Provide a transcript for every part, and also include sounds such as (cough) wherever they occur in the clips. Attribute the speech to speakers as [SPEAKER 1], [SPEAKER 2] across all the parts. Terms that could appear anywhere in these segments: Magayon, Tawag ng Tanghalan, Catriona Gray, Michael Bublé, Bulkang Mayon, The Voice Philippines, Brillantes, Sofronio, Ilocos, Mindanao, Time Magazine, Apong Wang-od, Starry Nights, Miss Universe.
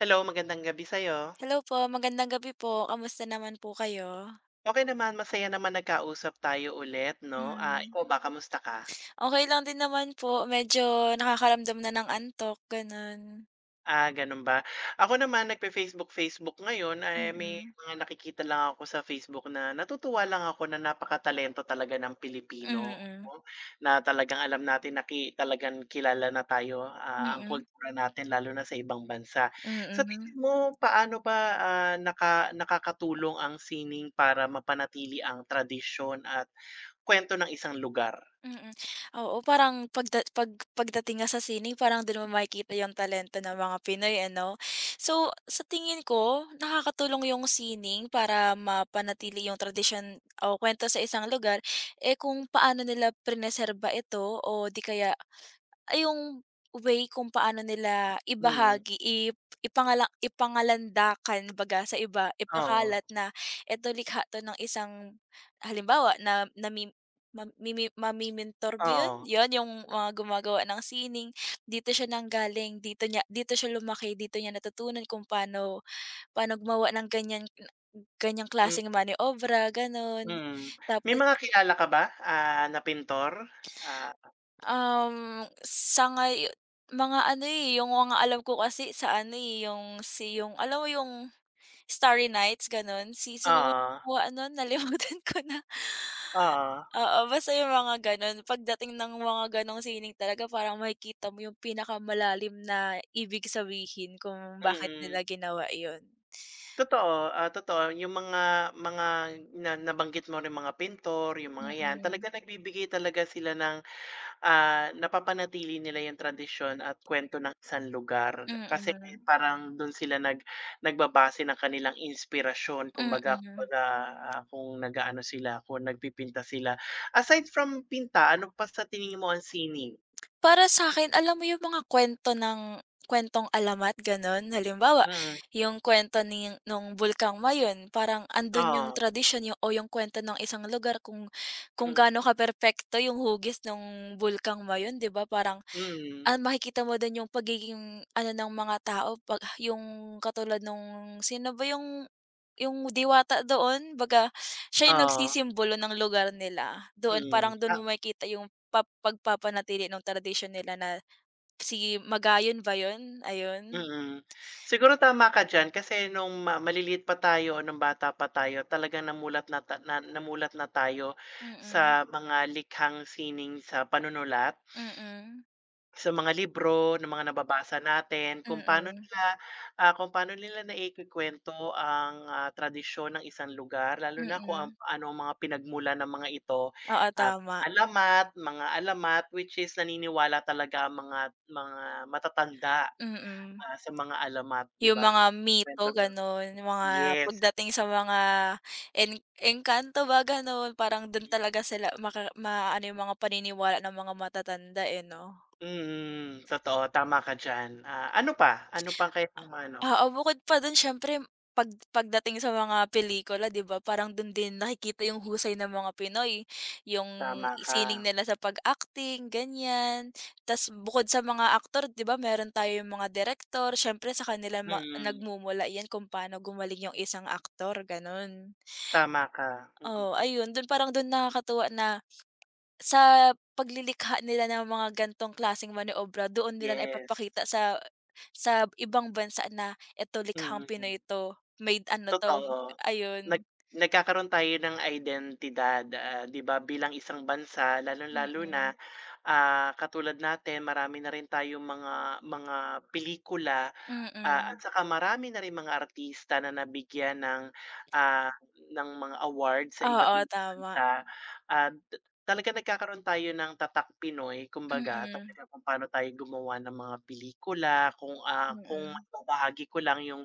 [SPEAKER 1] Hello, magandang gabi sa'yo.
[SPEAKER 2] Hello po, magandang gabi po. Kamusta naman po kayo?
[SPEAKER 1] Okey naman, masaya naman nagkausap tayo ulit 'no. Ah,
[SPEAKER 2] Hmm,
[SPEAKER 1] ikaw ba, kamusta ka?
[SPEAKER 2] okey lang din naman po. Medyo nakakaramdam na ng antok, gano'n.
[SPEAKER 1] Gano'n ba? Ako naman nagpe facebook facebook ngayon, ay may
[SPEAKER 2] Mm.
[SPEAKER 1] mga nakikita lang ako sa Facebook na natutuwa lang ako na napakatalento talaga ng Pilipino
[SPEAKER 2] Mm.
[SPEAKER 1] 'no, na talagang alam natin na talagang kilala na tayo, ang
[SPEAKER 2] Mm.
[SPEAKER 1] kultura natin lalo na sa ibang bansa.
[SPEAKER 2] Mm.
[SPEAKER 1] Sa tingin
[SPEAKER 2] Mm.
[SPEAKER 1] mo, paano ba, nakakatulong ang sining para mapanatili ang tradisyon at kuwento ng isang lugar.
[SPEAKER 2] Oo, parang pagdating nga sa sining parang do'n mo makikita yung talento ng mga Pinoy ano. So, sa tingin ko nakakatulong yung sining para mapanatili yung tradisyon o kuwento sa isang lugar, eh, kung paano nila prineserba ito o di kaya, ay, yung way kung paano nila
[SPEAKER 1] Mm,
[SPEAKER 2] ibahagi, ip ipangala ipangalandakan baga sa iba,
[SPEAKER 1] oo,
[SPEAKER 2] ipakalat na eto likha 'to ng isang halimbawa na nami mamimi mami-mentor ba yun?
[SPEAKER 1] oo,
[SPEAKER 2] Yun yung mga gumagawa ng sining, dito siya nanggaling, dito siya lumaki, dito niya natutunan kung paano paano gumawa ng ganyang
[SPEAKER 1] hmm,
[SPEAKER 2] klaseng maniobra, ganun.
[SPEAKER 1] mm. May
[SPEAKER 2] Tapos.
[SPEAKER 1] mga kilala ka ba, na pintor? Ah,
[SPEAKER 2] Um, sa ngayo mga ano, eh, yung mga alam ko kasi sa ano, eh, yung alam mo yung Starry Nights gano'n? Si sino ba
[SPEAKER 1] oo,
[SPEAKER 2] gumawa nun nalimutan (laughs) ko na.
[SPEAKER 1] oo,
[SPEAKER 2] Oo, basta yung mga gano'n. Pagdating ng mga gano'ng sining talaga parang makikita mo yung pinakamalalim na ibig sabihin kung bakit
[SPEAKER 1] mm.
[SPEAKER 2] nila ginawa yun.
[SPEAKER 1] Totoo, totoo yung mga na nabanggit mo ring mga pintor, yung mga 'yan,
[SPEAKER 2] Mm.
[SPEAKER 1] talagang nagbibigay talaga sila ng. Napapanatili nila 'yung tradisyon at kwento ng isang lugar kasi
[SPEAKER 2] Mm.
[SPEAKER 1] parang do'n sila nagbabase ng kanilang inspirasyon kumbaga
[SPEAKER 2] Mm.
[SPEAKER 1] kumbaga, ah, kung nag kung nagpipinta sila. Aside from pinta, ano pa sa tingin mo ang sining?
[SPEAKER 2] Para sa'kin alam mo yung mga kwento ng kuwentong alamat gano'n? Halimbawa,
[SPEAKER 1] Mm,
[SPEAKER 2] yung kwento nung Bulkang Mayon parang andun yung
[SPEAKER 1] oo,
[SPEAKER 2] tradisyon yung o yung kwento ng isang lugar kung
[SPEAKER 1] mm,
[SPEAKER 2] gaano ka perpekto yung hugis nung Bulkang Mayon, 'di ba? Parang
[SPEAKER 1] mm,
[SPEAKER 2] Makikita mo din yung pagiging ano ng mga tao 'pag yung katulad nung sino ba yung diwata doon baga siya yung
[SPEAKER 1] oo,
[SPEAKER 2] nagsisimbolo ng lugar nila doon,
[SPEAKER 1] mm,
[SPEAKER 2] parang doon
[SPEAKER 1] ah,
[SPEAKER 2] mo makikita yung pagpapanatili ng tradisyon nila na si Magayon ba 'yun? Ayun.
[SPEAKER 1] mm. Siguro tama ka diyan kasi nung maliliit pa tayo nung bata pa tayo talagang namulat na tayo sa
[SPEAKER 2] Mm.
[SPEAKER 1] mga likhang sining sa panunulat,
[SPEAKER 2] Mm. Mm.
[SPEAKER 1] sa mga libro ng mga nababasa natin kung paano
[SPEAKER 2] Mm.
[SPEAKER 1] nila, kung paano nila naikukuwento ang, tradisyon ng isang lugar lalo na kung ang
[SPEAKER 2] Mm.
[SPEAKER 1] ano ang mga pinagmula ng mga ito,
[SPEAKER 2] Oo,
[SPEAKER 1] ah,
[SPEAKER 2] tama.
[SPEAKER 1] alamat, mga alamat which is naniniwala talaga ang mga mga matatanda.
[SPEAKER 2] Mm.
[SPEAKER 1] Sa mga alamat, 'di
[SPEAKER 2] Yung
[SPEAKER 1] ba?
[SPEAKER 2] mga mito
[SPEAKER 1] Kuwento ng
[SPEAKER 2] gano'n, yung mga
[SPEAKER 1] yes,
[SPEAKER 2] pagdating sa mga engkanto ba gano'n, parang dun
[SPEAKER 1] mm.
[SPEAKER 2] talaga sila maano yung mga paniniwala ng mga matatanda, eh, 'no?
[SPEAKER 1] Mm, totoo tama ka diyan. Ano pa? Ano pang kayang ano
[SPEAKER 2] Oo, bukod pa dun siyempre pagdating sa mga pelikula 'di ba, parang dun din nakikita yung husay ng mga Pinoy, yung
[SPEAKER 1] tama ka,
[SPEAKER 2] sining nila sa pag-acting ganyan. Tas bukod sa mga aktor 'di ba meron tayong mga direktor, siyempre sa kanila
[SPEAKER 1] mm.
[SPEAKER 2] nagmumula yan kung paano gumaling yung isang aktor, gano'n.
[SPEAKER 1] Tama ka, mm.
[SPEAKER 2] Oo, ayun dun parang dun nakakatuwa na sa paglilikha nila ng mga gantong klaseng maniobra doon nila na
[SPEAKER 1] Yes,
[SPEAKER 2] ipapakita sa ibang bansa na eto likhang
[SPEAKER 1] mm.
[SPEAKER 2] Pinoy 'to, made ano 'to,
[SPEAKER 1] Totoo. Nag
[SPEAKER 2] ayun.
[SPEAKER 1] nagkakaroon tayo ng identidad, 'di ba, bilang isang bansa lalong-lalo na,
[SPEAKER 2] Mm.
[SPEAKER 1] katulad natin marami na rin tayong mga mga pelikula. At
[SPEAKER 2] Mm.
[SPEAKER 1] saka marami na rin mga artista na nabigyan ng, ah, ng mga award sa iba't
[SPEAKER 2] Oo,
[SPEAKER 1] ibang
[SPEAKER 2] tama.
[SPEAKER 1] kanta at talaga nagkakaroon tayo ng tatak Pinoy kumbaga
[SPEAKER 2] Mm.
[SPEAKER 1] talaga kung paano tayo gumawa ng mga pelikula kung, kung
[SPEAKER 2] Mm.
[SPEAKER 1] maibabahagi ko lang yung,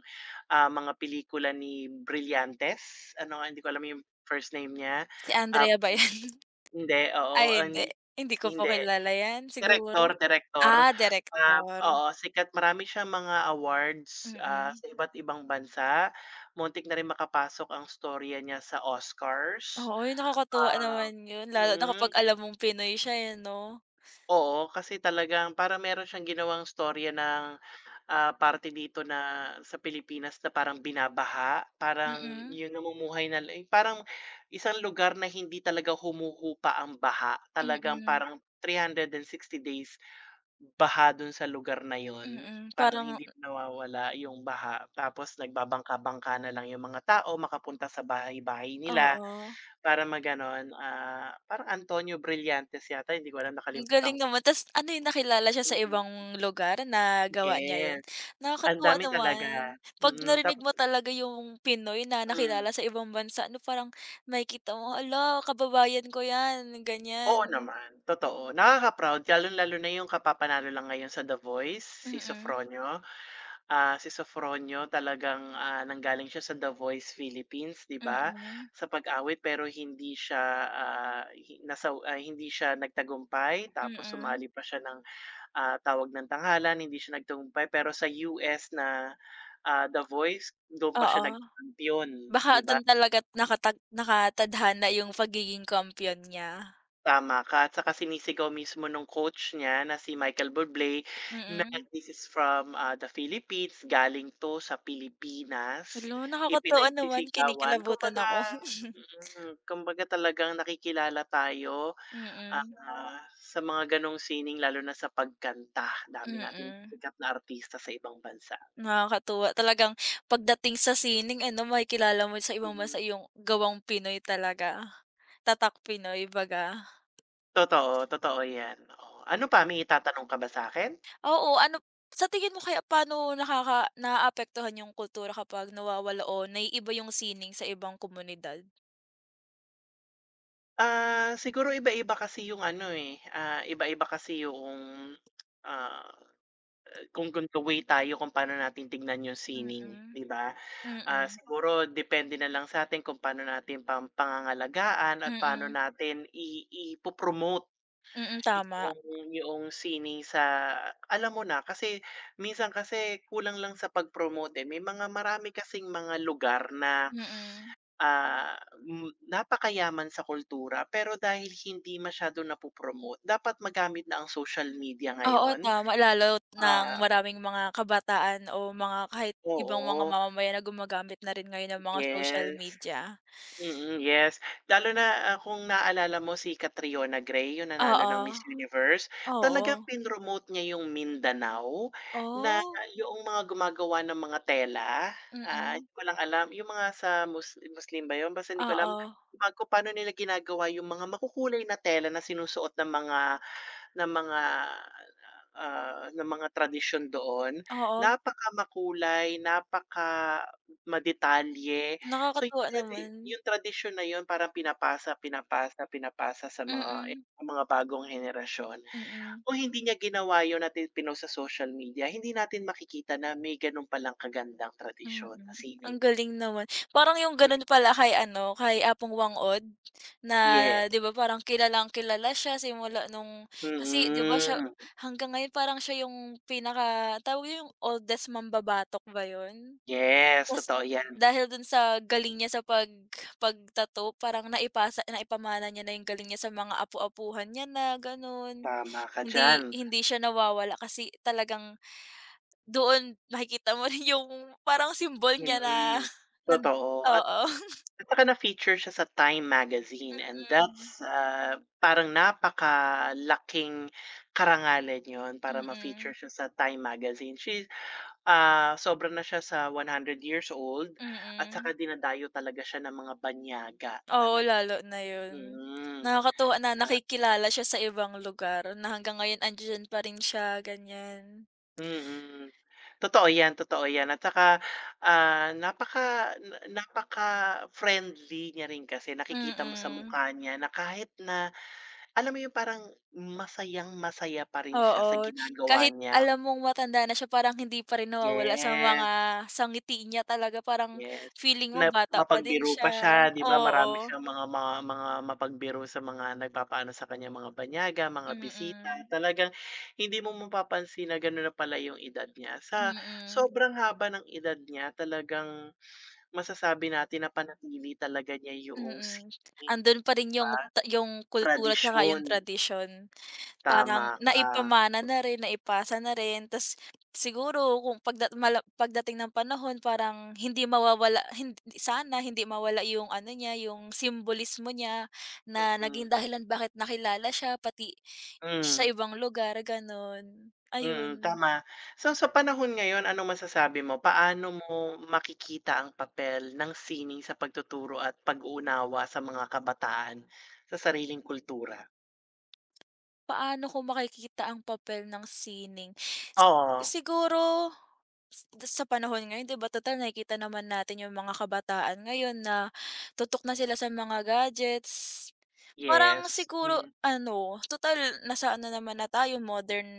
[SPEAKER 1] mga pelikula ni Brillantes, ano hindi ko alam yung first name niya,
[SPEAKER 2] Si
[SPEAKER 1] ah,
[SPEAKER 2] Andrea ba yun? (laughs)
[SPEAKER 1] hindi,
[SPEAKER 2] Ay
[SPEAKER 1] oo,
[SPEAKER 2] hindi,
[SPEAKER 1] hindi
[SPEAKER 2] hindi ko
[SPEAKER 1] hindi.
[SPEAKER 2] po kilala yan siguro.
[SPEAKER 1] Direktor, direktor,
[SPEAKER 2] Ah, direktor.
[SPEAKER 1] oo sikat marami siyang mga awards,
[SPEAKER 2] Mm.
[SPEAKER 1] sa iba't ibang bansa. Muntik na rin makapasok ang storya niya sa Oscars,
[SPEAKER 2] Oo, yun, nakakatuwa
[SPEAKER 1] ah
[SPEAKER 2] naman yun lalo na kapag
[SPEAKER 1] mm,
[SPEAKER 2] alam mong Pinoy siya yun, 'no?
[SPEAKER 1] oo kasi talagang para meron siyang ginawang storya ng, parte dito na sa Pilipinas na parang binabaha, parang
[SPEAKER 2] Mm.
[SPEAKER 1] yung namumuhay na la parang isang lugar na hindi talaga humuhupa ang baha, talagang
[SPEAKER 2] Mm.
[SPEAKER 1] parang 360 days baha dun sa lugar na yun,
[SPEAKER 2] Mm.
[SPEAKER 1] parang
[SPEAKER 2] Parang
[SPEAKER 1] hindi nawawala yung baha tapos nagbabangka-bangka na lang yung mga tao makapunta sa bahay-bahay nila
[SPEAKER 2] oo,
[SPEAKER 1] para parang Antonio Brillantes yata hindi ko alam
[SPEAKER 2] ang galing
[SPEAKER 1] nakalimutan ko.
[SPEAKER 2] naman ta's ano yun nakilala siya sa
[SPEAKER 1] Mm,
[SPEAKER 2] ibang lugar na gawa niya yun?
[SPEAKER 1] yes, ang
[SPEAKER 2] Nakakatuwa
[SPEAKER 1] dami talaga,
[SPEAKER 2] naman, 'pag
[SPEAKER 1] mm,
[SPEAKER 2] narinig
[SPEAKER 1] tapos
[SPEAKER 2] mo talaga yung Pinoy na
[SPEAKER 1] hmm,
[SPEAKER 2] nakilala sa ibang bansa ano parang makikita mo, "ala kababayan ko yan," ganyan.
[SPEAKER 1] oo naman, totoo nakaka-proud lalong-lalo na yung kapapanalo lang ngayon sa The Voice, si
[SPEAKER 2] Mm.
[SPEAKER 1] Sofronio. Si Sofronio talagang, nanggaling siya sa The Voice Philippines, 'di
[SPEAKER 2] Mm.
[SPEAKER 1] ba,
[SPEAKER 2] Mm.
[SPEAKER 1] sa pag-awit pero hindi siya, hindi siya nagtagumpay tapos
[SPEAKER 2] Mm.
[SPEAKER 1] sumali pa siya ng, Tawag ng Tanghalan, hindi siya nagtagumpay pero sa US na, The Voice do'n pa siya
[SPEAKER 2] Oo,
[SPEAKER 1] nagkampiyon,
[SPEAKER 2] baka
[SPEAKER 1] 'di ba?
[SPEAKER 2] dun talaga nakatadhana yung pagiging kampiyon niya.
[SPEAKER 1] Tama ka at saka sinisigaw mismo nung coach niya na si Michael Bublé na
[SPEAKER 2] Mm.
[SPEAKER 1] this is from, the Philippines, galing 'to sa Pilipinas,
[SPEAKER 2] Hala nakakatuwa naman,
[SPEAKER 1] ipinagsisigawan.
[SPEAKER 2] kinikilabutan
[SPEAKER 1] Kumbaga
[SPEAKER 2] ako. (laughs)
[SPEAKER 1] mm, kumbaga talagang nakikilala tayo,
[SPEAKER 2] Mm.
[SPEAKER 1] sa mga gano'ng sining lalo na sa pagkanta. Dami natin
[SPEAKER 2] Mm.
[SPEAKER 1] sikat na artista sa ibang bansa.
[SPEAKER 2] Nakakatuwa talagang pagdating sa sining ano makikilala mo sa ibang bansa
[SPEAKER 1] Mm.
[SPEAKER 2] yung gawang Pinoy talaga, tatak Pinoy baga.
[SPEAKER 1] Totoo, totoo 'yan, oo. Ano pa, may itatanong ka ba sa akin?
[SPEAKER 2] Oo, ano sa tingin mo kaya paano naaapektuhan yung kultura kapag nawawala o naiiba yung sining sa ibang komunidad?
[SPEAKER 1] Siguro iba-iba kasi yung ano, eh, iba-iba kasi yung, ah, kung the way tayo kung paano natin tignan yung sining,
[SPEAKER 2] Mm.
[SPEAKER 1] 'di ba? Ah,
[SPEAKER 2] Mm.
[SPEAKER 1] siguro depende na lang sa sa'tin kung paano natin pangangalagaan at paano
[SPEAKER 2] Mm.
[SPEAKER 1] natin ipo-promote
[SPEAKER 2] Mm. Tama.
[SPEAKER 1] yung sining sa alam mo na, kasi minsan kasi kulang lang sa pag-promote, eh. May mga marami kasing mga lugar na
[SPEAKER 2] Mm.
[SPEAKER 1] ah, napakayaman sa kultura pero dahil hindi masyado napo dapat magamit na ang social media
[SPEAKER 2] Oo,
[SPEAKER 1] ngayon.
[SPEAKER 2] tama lalo ng
[SPEAKER 1] Ah
[SPEAKER 2] maraming mga kabataan o mga kahit ibang mga
[SPEAKER 1] oo,
[SPEAKER 2] mamamayan na gumagamit na rin ngayon ng mga social
[SPEAKER 1] yes.
[SPEAKER 2] media.
[SPEAKER 1] Mm, yes. Lalo na, kung naalala mo si Catriona Gray, yung nanalo ng
[SPEAKER 2] Oo.
[SPEAKER 1] Miss Universe, talagang
[SPEAKER 2] Oo.
[SPEAKER 1] pinromote niya yung Mindanao na
[SPEAKER 2] Oh.
[SPEAKER 1] yung mga gumagawa ng mga tela,
[SPEAKER 2] Mm.
[SPEAKER 1] hindi ko lang alam yung mga sa mus Muslim ba yun? Basta hindi ko alam
[SPEAKER 2] Oo.
[SPEAKER 1] pa kung paano nila ginagawa yung mga makukulay na tela na sinusuot ng mga ng mga ng mga tradisyon doon,
[SPEAKER 2] Oo.
[SPEAKER 1] napakamakulay, napakadetalye. So yung
[SPEAKER 2] Nakakatuwa naman.
[SPEAKER 1] yung tradisyon na yun parang pinapasa, pinapasa, pinapasa sa mga
[SPEAKER 2] Mm.
[SPEAKER 1] bagong henerasyon.
[SPEAKER 2] Mm.
[SPEAKER 1] O hindi niya ginawa yun at ipinost sa social media, hindi natin makikita na may ganun palang kagandang tradisyon na
[SPEAKER 2] Mm. Ang
[SPEAKER 1] sining.
[SPEAKER 2] galing naman. Parang yung
[SPEAKER 1] Hmm,
[SPEAKER 2] gano'n pala kay ano, kay Apong Wang-od na
[SPEAKER 1] yes.
[SPEAKER 2] 'di ba parang kilalang-kilala siya simula nung kasi 'di ba siya
[SPEAKER 1] Mm.
[SPEAKER 2] hanggang ngayon parang siya yung pinaka tawag yung oldest mambabatok ba yun?
[SPEAKER 1] Yes,
[SPEAKER 2] Tas
[SPEAKER 1] totoo yan.
[SPEAKER 2] dahil dun sa galing niya sa pagtato parang naipamana niya na yung galing niya sa mga apu-apuhan niya na gano'n.
[SPEAKER 1] Tama ka diyan.
[SPEAKER 2] Hindi hindi siya nawawala kasi talagang doon makikita mo (laughs) rin yung parang simbol niya na
[SPEAKER 1] Mm,
[SPEAKER 2] nan
[SPEAKER 1] totoo
[SPEAKER 2] oo.
[SPEAKER 1] at saka na-feature siya sa Time Magazine and that's, parang napakalaking karangalan yon para ma-feature
[SPEAKER 2] Mm.
[SPEAKER 1] siya sa Time Magazine. She's, sobra na siya sa 100 years old
[SPEAKER 2] Mm.
[SPEAKER 1] at saka
[SPEAKER 2] Mm.
[SPEAKER 1] dinadayo talaga siya ng mga banyaga
[SPEAKER 2] Oo,
[SPEAKER 1] talaga.
[SPEAKER 2] lalo na yun.
[SPEAKER 1] Mm,
[SPEAKER 2] Nakakatuwa na
[SPEAKER 1] ah,
[SPEAKER 2] nakikilala siya sa ibang lugar na hanggang ngayon andiyan pa rin siya, ganyan.
[SPEAKER 1] mm. Totoo 'yan at saka, ah, napaka napaka-friendly niya rin kasi nakikita mo sa
[SPEAKER 2] Mm.
[SPEAKER 1] mukha niya na kahit na alam mo yung parang masayang-masaya pa rin siya
[SPEAKER 2] Oo,
[SPEAKER 1] sa ginagawa
[SPEAKER 2] kahit
[SPEAKER 1] niya.
[SPEAKER 2] alam mong matanda na siya parang hindi pa rin nawawala
[SPEAKER 1] Yes,
[SPEAKER 2] sa niya talaga parang
[SPEAKER 1] yes,
[SPEAKER 2] feeling mo
[SPEAKER 1] na
[SPEAKER 2] bata pa din
[SPEAKER 1] mapagbiro
[SPEAKER 2] siya,
[SPEAKER 1] pa siya 'di ba, marami
[SPEAKER 2] oo.
[SPEAKER 1] siyang mga mapagbiro sa mga nagpapaano sa kanya, mga banyaga, mga bisita.
[SPEAKER 2] Mm.
[SPEAKER 1] Talagang hindi mo mapapansin na gano'n na pala yung edad niya. Sa
[SPEAKER 2] Mm.
[SPEAKER 1] sobrang haba ng edad niya talagang masasabi natin na panatili talaga niya yung
[SPEAKER 2] Mm.
[SPEAKER 1] sining
[SPEAKER 2] Andun pa rin yung
[SPEAKER 1] ba,
[SPEAKER 2] yung kultura tsaka yung
[SPEAKER 1] tradisyon.
[SPEAKER 2] tradisyon. Parang
[SPEAKER 1] Tama ka,
[SPEAKER 2] naipamana na rin, naipasa na rin ta's siguro kung pagdating ng panahon parang hindi mawawala, hindi sana hindi mawala yung ano niya, yung simbolismo niya na
[SPEAKER 1] mm-hmm.
[SPEAKER 2] naging dahilan bakit nakilala siya pati
[SPEAKER 1] Mm,
[SPEAKER 2] sa
[SPEAKER 1] hmm.
[SPEAKER 2] ibang lugar, gano'n.
[SPEAKER 1] Mm,
[SPEAKER 2] Ayun.
[SPEAKER 1] tama. So sa panahon ngayon, anong masasabi mo? Paano mo makikita ang papel ng sining sa pagtuturo at pag-uunawa sa mga kabataan sa sariling kultura?
[SPEAKER 2] Paano ko makikita ang papel ng sining?
[SPEAKER 1] Oo,
[SPEAKER 2] Siguro sa panahon ngayon 'di ba total nakikita naman natin yung mga kabataan ngayon na tutok na sila sa mga gadgets. Parang
[SPEAKER 1] yes.
[SPEAKER 2] siguro
[SPEAKER 1] Mm.
[SPEAKER 2] ano, total nasa ano naman na tayo modern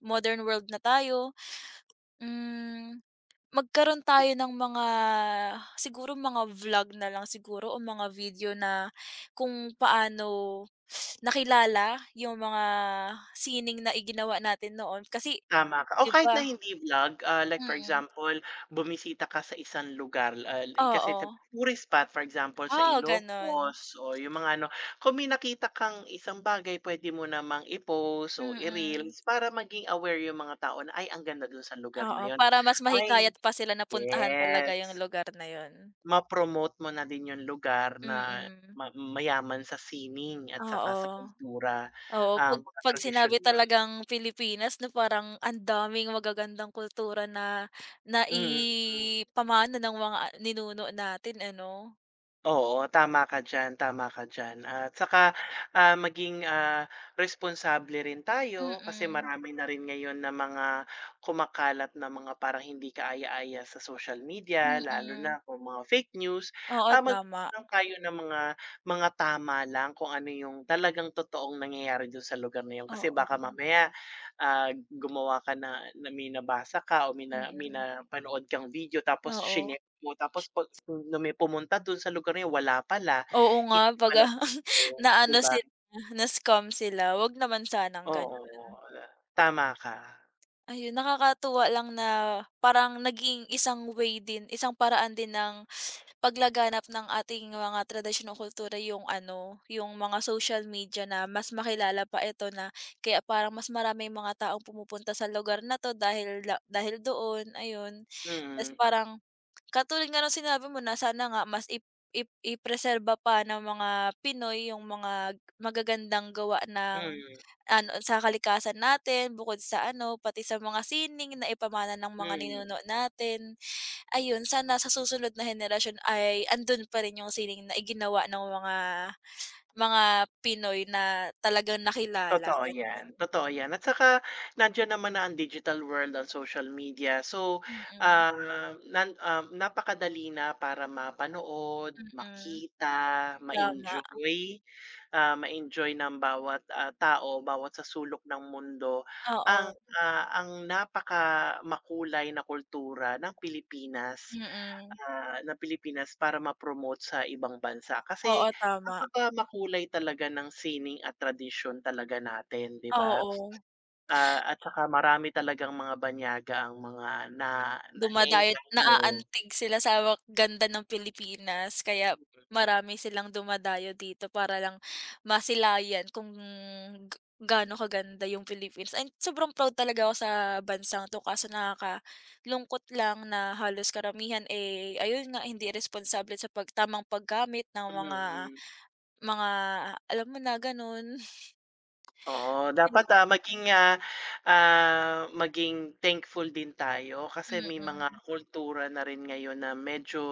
[SPEAKER 2] modern world na tayo. Hmm. Magkaroon tayo ng mga siguro mga vlog na lang siguro o mga video na kung paano nakilala yung mga sining na iginawa natin noon kasi
[SPEAKER 1] Tama ka o
[SPEAKER 2] 'di
[SPEAKER 1] kahit na
[SPEAKER 2] ba.
[SPEAKER 1] hindi vlog, like for
[SPEAKER 2] Mm.
[SPEAKER 1] example, bumisita ka sa isang lugar, like kasi sa
[SPEAKER 2] Oo.
[SPEAKER 1] tourist spot for example sa
[SPEAKER 2] Oo, gano'n.
[SPEAKER 1] Ilocos o yung mga ano, kung may nakita kang isang bagay puwede mo namang i-post o
[SPEAKER 2] Mm.
[SPEAKER 1] i-reels para maging aware yung mga tao na, "Ay ang ganda dun sa lugar na
[SPEAKER 2] Oo,
[SPEAKER 1] yun."
[SPEAKER 2] para mas
[SPEAKER 1] Ay
[SPEAKER 2] mahikayat pa sila na puntahan talaga
[SPEAKER 1] yes,
[SPEAKER 2] yung lugar na yun.
[SPEAKER 1] ma-promote mo na din yung lugar na
[SPEAKER 2] Mm.
[SPEAKER 1] mayaman sa sining at saka sa
[SPEAKER 2] Oo.
[SPEAKER 1] kultura,
[SPEAKER 2] Oo, 'pag
[SPEAKER 1] mga
[SPEAKER 2] 'pag
[SPEAKER 1] tradisyon
[SPEAKER 2] sinabi
[SPEAKER 1] yun.
[SPEAKER 2] talagang Pilipinas 'no, parang ang daming magagandang kultura na
[SPEAKER 1] Mm, mm.
[SPEAKER 2] naipamana ng mga ninuno natin ano?
[SPEAKER 1] Oo, tama ka diyan, tama ka diyan. At saka, maging, responsable rin tayo kasi
[SPEAKER 2] Mm.
[SPEAKER 1] marami na rin ngayon na mga kumakalat na mga parang hindi kaaya-aya sa social media lalo
[SPEAKER 2] Mm.
[SPEAKER 1] na kung mga fake news.
[SPEAKER 2] Oo,
[SPEAKER 1] Mag
[SPEAKER 2] tama.
[SPEAKER 1] lang tayo ng mga tama lang kung ano yung talagang totoong nangyayari dun sa lugar na yun kasi
[SPEAKER 2] Oo.
[SPEAKER 1] baka mamaya, gumawa ka na na may nabasa ka o may
[SPEAKER 2] Mm.
[SPEAKER 1] napanood kang video tapos
[SPEAKER 2] Oo.
[SPEAKER 1] shine. Oo, tapos 'pag pumunta dun sa lugar na yun, wala pala,
[SPEAKER 2] Oo nga
[SPEAKER 1] hindi
[SPEAKER 2] 'pag,
[SPEAKER 1] pala
[SPEAKER 2] (laughs)
[SPEAKER 1] oo, 'di
[SPEAKER 2] naano
[SPEAKER 1] ba?
[SPEAKER 2] sila, na-scam sila, 'wag naman sanang gano'n.
[SPEAKER 1] Oo, tama ka.
[SPEAKER 2] Ayun, nakakatuwa lang na parang naging isang way din, isang paraan din ng paglaganap ng ating mga tradisyonal kultura yung ano, yung mga social media na mas makilala pa ito na kaya parang mas maraming mga taong pumupunta sa lugar na 'to dahil dahil doon, ayun. Ta's
[SPEAKER 1] Mm,
[SPEAKER 2] parang. Katulad nga ng sinabi mo na sana nga mas ip ip ipreserba pa ng mga Pinoy yung mga magagandang gawa ng
[SPEAKER 1] mm,
[SPEAKER 2] ano, sa kalikasan natin bukod sa ano, pati sa mga sining na ipamana ng mga
[SPEAKER 1] mm,
[SPEAKER 2] ninuno natin. Ayun, sana sa susunod na henerasyon ay andun pa rin yung sining na iginawa ng mga mga Pinoy na talagang nakilala, gano'n.
[SPEAKER 1] totoo yan at saka nandiyan naman na ang digital world, ang social media. So,
[SPEAKER 2] Mm.
[SPEAKER 1] ah, napakadali na para mapanood,
[SPEAKER 2] Mm.
[SPEAKER 1] makita,
[SPEAKER 2] Tama.
[SPEAKER 1] ma-enjoy. Ma-enjoy ng bawat, tao, bawat sa sulok ng mundo ang,
[SPEAKER 2] Oo.
[SPEAKER 1] ang napaka makulay na kultura ng Pilipinas,
[SPEAKER 2] Mm.
[SPEAKER 1] ng Pilipinas para ma-promote sa ibang bansa. Kasi
[SPEAKER 2] Oo, tama.
[SPEAKER 1] napaka makulay talaga ng sining at tradisyon talaga natin, 'di ba?
[SPEAKER 2] Oo.
[SPEAKER 1] At saka marami talagang mga banyaga ang mga na
[SPEAKER 2] Dumadayo,
[SPEAKER 1] naeengkanyo,
[SPEAKER 2] naaantig sila sa ganda ng Pilipinas kaya marami silang dumadayo dito para lang masilayan kung g- gaano kaganda yung Philippines and sobrang proud talaga ako sa bansang 'to kaso nakakalungkot lang na halos karamihan, eh, ayun nga hindi responsable sa tamang paggamit ng
[SPEAKER 1] mm,
[SPEAKER 2] mga
[SPEAKER 1] mm.
[SPEAKER 2] mga alam mo na gano'n.
[SPEAKER 1] Oo,
[SPEAKER 2] (laughs)
[SPEAKER 1] dapat,
[SPEAKER 2] Ay.
[SPEAKER 1] maging, maging thankful din tayo kasi may mga
[SPEAKER 2] Mm.
[SPEAKER 1] kultura na rin ngayon na medyo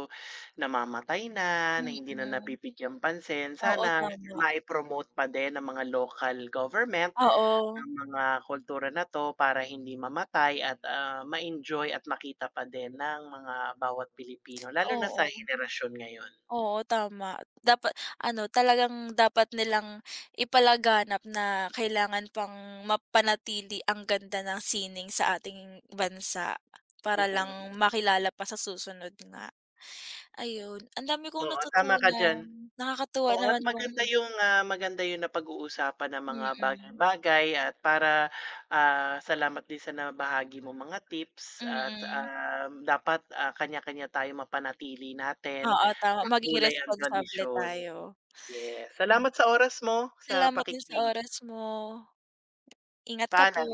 [SPEAKER 1] namamatay na, na hindi na
[SPEAKER 2] Mm.
[SPEAKER 1] nabibigyan pansin.
[SPEAKER 2] Oo,
[SPEAKER 1] Sana
[SPEAKER 2] tama.
[SPEAKER 1] mai-promote pa din ng mga local government
[SPEAKER 2] Oo.
[SPEAKER 1] ang mga kultura na 'to para hindi mamatay at, ma-enjoy at makita pa din ng mga bawat Pilipino lalo na sa
[SPEAKER 2] Oo.
[SPEAKER 1] henerasyon ngayon.
[SPEAKER 2] Oo, tama. Dapat ano, talagang dapat nilang ipalaganap na kailangan pang mapanatili ang ganda ng sining sa ating bansa
[SPEAKER 1] Mm,
[SPEAKER 2] para
[SPEAKER 1] mm.
[SPEAKER 2] lang makilala pa sa susunod nga. Ayun, ang dami kong
[SPEAKER 1] Oo, tama ka
[SPEAKER 2] natutunan.
[SPEAKER 1] diyan.
[SPEAKER 2] Nakakatuwa
[SPEAKER 1] Oo, at
[SPEAKER 2] naman 'tong.
[SPEAKER 1] maganda yung, maganda yung napag-uusapan ng mga
[SPEAKER 2] Mm.
[SPEAKER 1] bagay-bagay at para, salamat din sa nabahagi mo mga tips at,
[SPEAKER 2] Mm.
[SPEAKER 1] dapat, kanya-kanya tayo mapanatili natin
[SPEAKER 2] Oo, tama. Maging
[SPEAKER 1] makulay ang
[SPEAKER 2] responsable
[SPEAKER 1] tradisyon.
[SPEAKER 2] tayo.
[SPEAKER 1] Yes,
[SPEAKER 2] Hmm.
[SPEAKER 1] salamat sa oras mo, sa
[SPEAKER 2] Salamat din sa
[SPEAKER 1] pakikinig.
[SPEAKER 2] oras mo. Ingat ka po.
[SPEAKER 1] Paalam.